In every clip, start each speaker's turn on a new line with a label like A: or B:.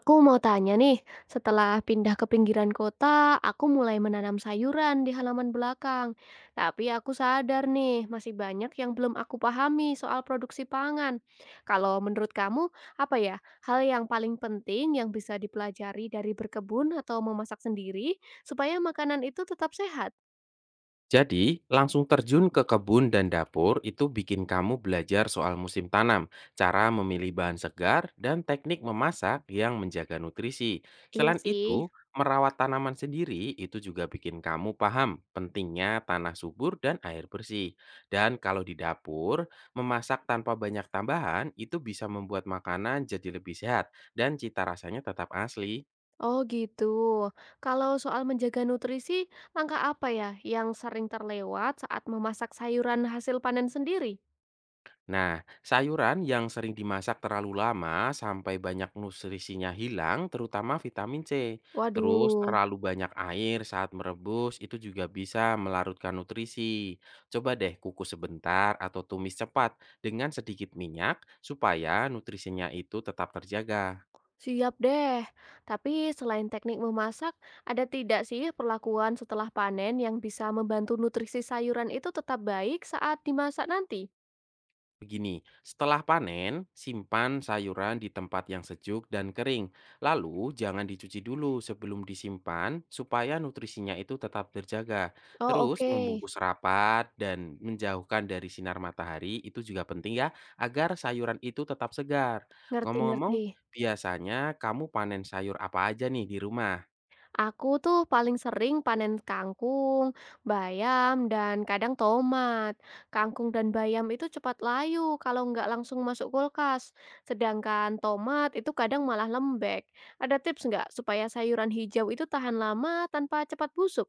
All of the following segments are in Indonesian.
A: Aku mau tanya nih, setelah pindah ke pinggiran kota, aku mulai menanam sayuran di halaman belakang. Tapi aku sadar nih, masih banyak yang belum aku pahami soal produksi pangan. Kalau menurut kamu, apa ya hal yang paling penting yang bisa dipelajari dari berkebun atau memasak sendiri supaya makanan itu tetap sehat?
B: Jadi, langsung terjun ke kebun dan dapur itu bikin kamu belajar soal musim tanam, cara memilih bahan segar, dan teknik memasak yang menjaga nutrisi.
A: Iya
B: Selain
A: sih.
B: itu, merawat tanaman sendiri itu juga bikin kamu paham pentingnya tanah subur dan air bersih. Dan kalau di dapur, memasak tanpa banyak tambahan itu bisa membuat makanan jadi lebih sehat dan cita rasanya tetap asli.
A: Oh gitu. Kalau soal menjaga nutrisi, langkah apa ya yang sering terlewat saat memasak sayuran hasil panen sendiri?
B: Nah, sayuran yang sering dimasak terlalu lama sampai banyak nutrisinya hilang, terutama vitamin C. Terus
A: Waduh,
B: terlalu banyak air saat merebus itu juga bisa melarutkan nutrisi. Coba deh kukus sebentar atau tumis cepat dengan sedikit minyak supaya nutrisinya itu tetap terjaga.
A: siap deh. Tapi selain teknik memasak, ada tidak sih perlakuan setelah panen yang bisa membantu nutrisi sayuran itu tetap baik saat dimasak nanti?
B: Begini, setelah panen, simpan sayuran di tempat yang sejuk dan kering. Lalu, jangan dicuci dulu sebelum disimpan supaya nutrisinya itu tetap terjaga.
A: Oh,
B: Terus,
A: oke.
B: membungkus rapat dan menjauhkan dari sinar matahari itu juga penting ya, agar sayuran itu tetap segar.
A: Ngerti-ngerti.
B: Ngomong-ngomong, biasanya kamu panen sayur apa aja nih di rumah?
A: Aku tuh paling sering panen kangkung, bayam, dan kadang tomat. Kangkung dan bayam itu cepat layu kalau nggak langsung masuk kulkas. Sedangkan tomat itu kadang malah lembek. Ada tips nggak supaya sayuran hijau itu tahan lama tanpa cepat busuk?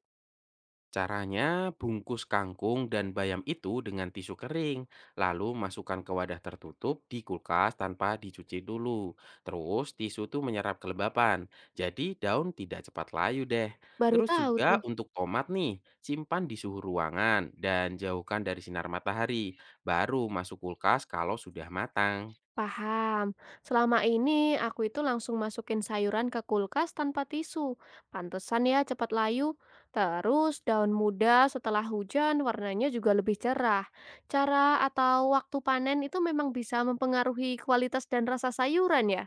B: Caranya, bungkus kangkung dan bayam itu dengan tisu kering, lalu masukkan ke wadah tertutup di kulkas tanpa dicuci dulu. Terus tisu tuh menyerap kelembapan, jadi daun tidak cepat layu deh.
A: Baru
B: Terus
A: tahu
B: juga
A: tuh.
B: untuk tomat nih, simpan di suhu ruangan dan jauhkan dari sinar matahari. Baru masuk kulkas kalau sudah matang.
A: Paham. Selama ini aku itu langsung masukin sayuran ke kulkas tanpa tisu. Pantesan ya cepat layu. Terus daun muda setelah hujan warnanya juga lebih cerah. Cara atau waktu panen itu memang bisa mempengaruhi kualitas dan rasa sayuran ya?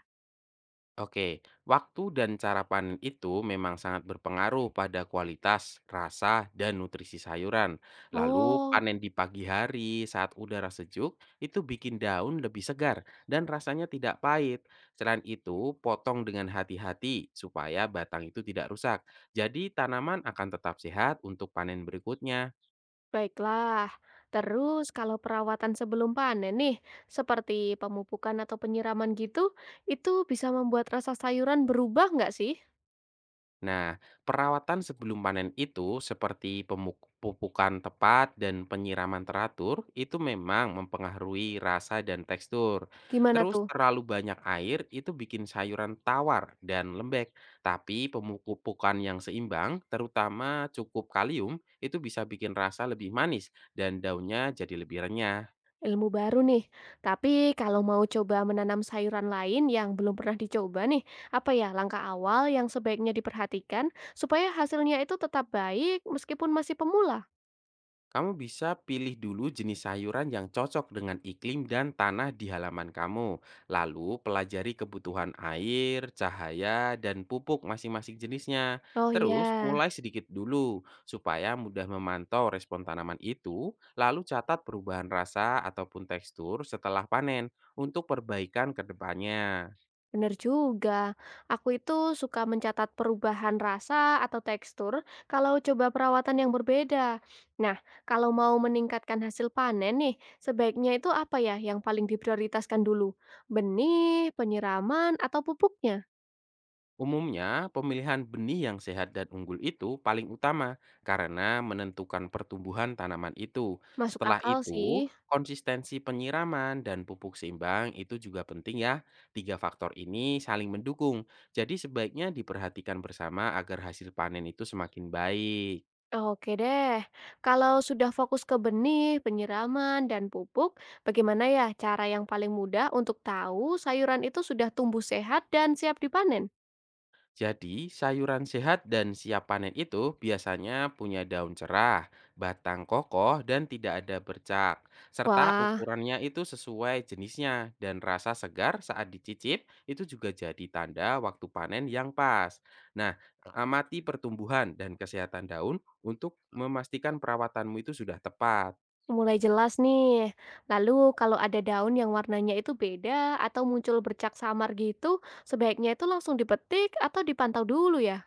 B: Oke, waktu dan cara panen itu memang sangat berpengaruh pada kualitas, rasa, dan nutrisi sayuran. Lalu,
A: Oh,
B: panen di pagi hari saat udara sejuk itu bikin daun lebih segar dan rasanya tidak pahit. Selain itu, potong dengan hati-hati supaya batang itu tidak rusak. Jadi, tanaman akan tetap sehat untuk panen berikutnya.
A: baiklah. Terus kalau perawatan sebelum panen nih, seperti pemupukan atau penyiraman gitu, itu bisa membuat rasa sayuran berubah nggak sih?
B: Nah, perawatan sebelum panen itu seperti pupukan tepat dan penyiraman teratur itu memang mempengaruhi rasa dan tekstur.
A: Gimana
B: Terus
A: tuh?
B: terlalu banyak air itu bikin sayuran tawar dan lembek. Tapi pemupukan yang seimbang, terutama cukup kalium, itu bisa bikin rasa lebih manis dan daunnya jadi lebih renyah.
A: Ilmu baru nih. Tapi kalau mau coba menanam sayuran lain yang belum pernah dicoba nih, apa ya langkah awal yang sebaiknya diperhatikan supaya hasilnya itu tetap baik meskipun masih pemula?
B: Kamu bisa pilih dulu jenis sayuran yang cocok dengan iklim dan tanah di halaman kamu. Lalu pelajari kebutuhan air, cahaya, dan pupuk masing-masing jenisnya.
A: Oh
B: Terus
A: iya,
B: mulai sedikit dulu supaya mudah memantau respon tanaman itu, lalu catat perubahan rasa ataupun tekstur setelah panen untuk perbaikan ke depannya.
A: bener juga. Aku itu suka mencatat perubahan rasa atau tekstur kalau coba perawatan yang berbeda. Nah, kalau mau meningkatkan hasil panen nih, sebaiknya itu apa ya yang paling diprioritaskan dulu? Benih, penyiraman, atau pupuknya?
B: Umumnya, pemilihan benih yang sehat dan unggul itu paling utama karena menentukan pertumbuhan tanaman itu.
A: Masuk
B: Setelah
A: akal
B: itu,
A: sih.
B: konsistensi penyiraman dan pupuk seimbang itu juga penting ya. Tiga faktor ini saling mendukung. Jadi sebaiknya diperhatikan bersama agar hasil panen itu semakin baik.
A: Oke deh. Kalau sudah fokus ke benih, penyiraman, dan pupuk, bagaimana ya cara yang paling mudah untuk tahu sayuran itu sudah tumbuh sehat dan siap dipanen?
B: Jadi, sayuran sehat dan siap panen itu biasanya punya daun cerah, batang kokoh, dan tidak ada bercak. Serta
A: Wah,
B: ukurannya itu sesuai jenisnya dan rasa segar saat dicicip itu juga jadi tanda waktu panen yang pas. Nah, amati pertumbuhan dan kesehatan daun untuk memastikan perawatanmu itu sudah tepat.
A: mulai jelas nih. Lalu kalau ada daun yang warnanya itu beda atau muncul bercak samar gitu, sebaiknya itu langsung dipetik atau dipantau dulu ya.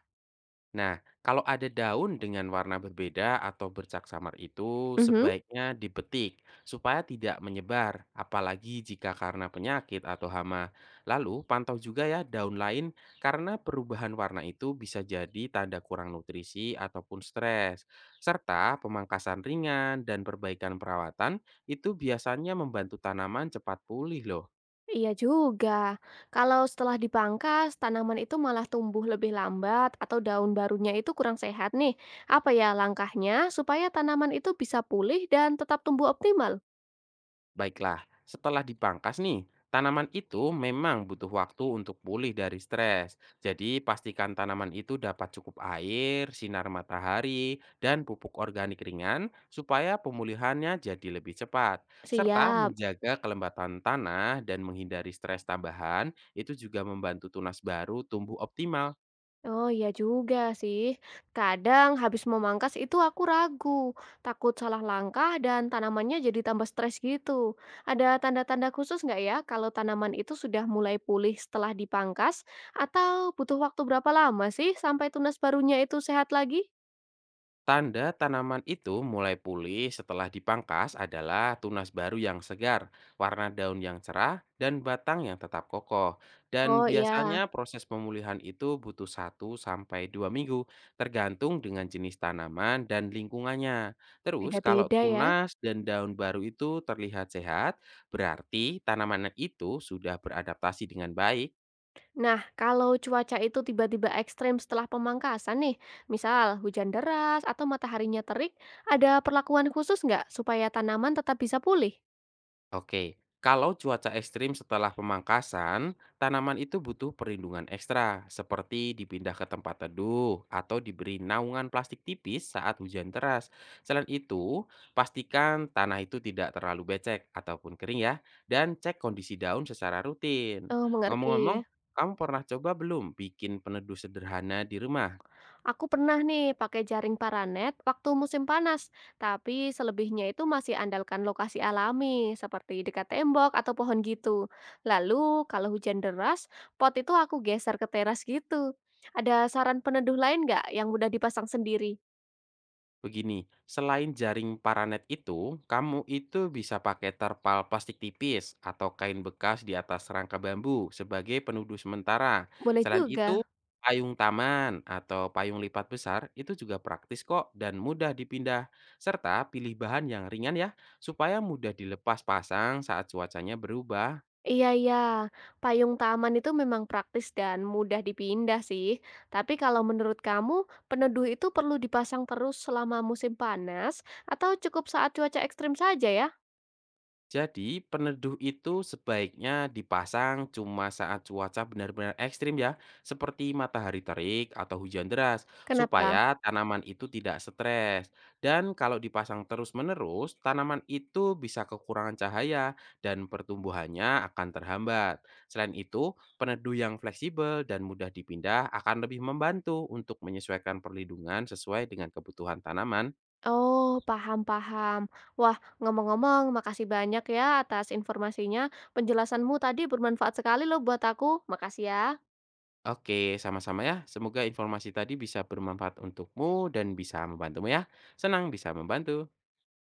B: Nah, kalau ada daun dengan warna berbeda atau bercak samar itu
A: Mhm.
B: sebaiknya dipetik supaya tidak menyebar, apalagi jika karena penyakit atau hama. Lalu, pantau juga ya daun lain karena perubahan warna itu bisa jadi tanda kurang nutrisi ataupun stres. Serta pemangkasan ringan dan perbaikan perawatan itu biasanya membantu tanaman cepat pulih loh.
A: Iya juga. Kalau setelah dipangkas, tanaman itu malah tumbuh lebih lambat atau daun barunya itu kurang sehat nih. Apa ya langkahnya supaya tanaman itu bisa pulih dan tetap tumbuh optimal?
B: Baiklah, setelah dipangkas nih, tanaman itu memang butuh waktu untuk pulih dari stres. Jadi pastikan tanaman itu dapat cukup air, sinar matahari, dan pupuk organik ringan supaya pemulihannya jadi lebih cepat. Serta
A: Siap.
B: menjaga kelembatan tanah dan menghindari stres tambahan itu juga membantu tunas baru tumbuh optimal.
A: Oh iya juga sih. Kadang habis memangkas itu aku ragu, takut salah langkah dan tanamannya jadi tambah stres gitu. Ada tanda-tanda khusus nggak ya kalau tanaman itu sudah mulai pulih setelah dipangkas atau butuh waktu berapa lama sih sampai tunas barunya itu sehat lagi?
B: Tanda tanaman itu mulai pulih setelah dipangkas adalah tunas baru yang segar, warna daun yang cerah, dan batang yang tetap kokoh. Dan
A: Oh iya,
B: biasanya proses pemulihan itu butuh 1 sampai 2 minggu, tergantung dengan jenis tanaman dan lingkungannya. Terus kalau
A: beda-beda ya.
B: tunas dan daun baru itu terlihat sehat, berarti tanaman itu sudah beradaptasi dengan baik.
A: Nah, kalau cuaca itu tiba-tiba ekstrim setelah pemangkasan nih, misal hujan deras atau mataharinya terik, ada perlakuan khusus nggak supaya tanaman tetap bisa pulih?
B: Oke, kalau cuaca ekstrim setelah pemangkasan, tanaman itu butuh perlindungan ekstra, seperti dipindah ke tempat teduh atau diberi naungan plastik tipis saat hujan deras. Selain itu, pastikan tanah itu tidak terlalu becek ataupun kering ya, dan cek kondisi daun secara rutin.
A: Oh, mengerti.
B: Ngomong-ngomong, kamu pernah coba belum bikin peneduh sederhana di rumah?
A: Aku pernah nih pakai jaring paranet waktu musim panas, tapi selebihnya itu masih andalkan lokasi alami seperti dekat tembok atau pohon gitu. Lalu kalau hujan deras, pot itu aku geser ke teras gitu. Ada saran peneduh lain nggak yang mudah dipasang sendiri?
B: Begini, selain jaring paranet itu, kamu itu bisa pakai terpal plastik tipis atau kain bekas di atas rangka bambu sebagai penuduh sementara.
A: Boleh
B: Selain
A: juga.
B: itu, payung taman atau payung lipat besar itu juga praktis kok dan mudah dipindah. Serta pilih bahan yang ringan ya, supaya mudah dilepas pasang saat cuacanya berubah.
A: Iya iya, payung taman itu memang praktis dan mudah dipindah sih. Tapi kalau menurut kamu, peneduh itu perlu dipasang terus selama musim panas atau cukup saat cuaca ekstrim saja ya?
B: Jadi, peneduh itu sebaiknya dipasang cuma saat cuaca benar-benar ekstrim ya, seperti matahari terik atau hujan deras,
A: Kenapa?
B: supaya tanaman itu tidak stres. Dan kalau dipasang terus-menerus, tanaman itu bisa kekurangan cahaya dan pertumbuhannya akan terhambat. Selain itu, peneduh yang fleksibel dan mudah dipindah akan lebih membantu untuk menyesuaikan perlindungan sesuai dengan kebutuhan tanaman.
A: Oh, paham-paham. Wah, ngomong-ngomong, makasih banyak ya atas informasinya. Penjelasanmu tadi bermanfaat sekali loh buat aku. Makasih ya.
B: Oke, sama-sama ya. Semoga informasi tadi bisa bermanfaat untukmu dan bisa membantumu ya. Senang bisa membantu.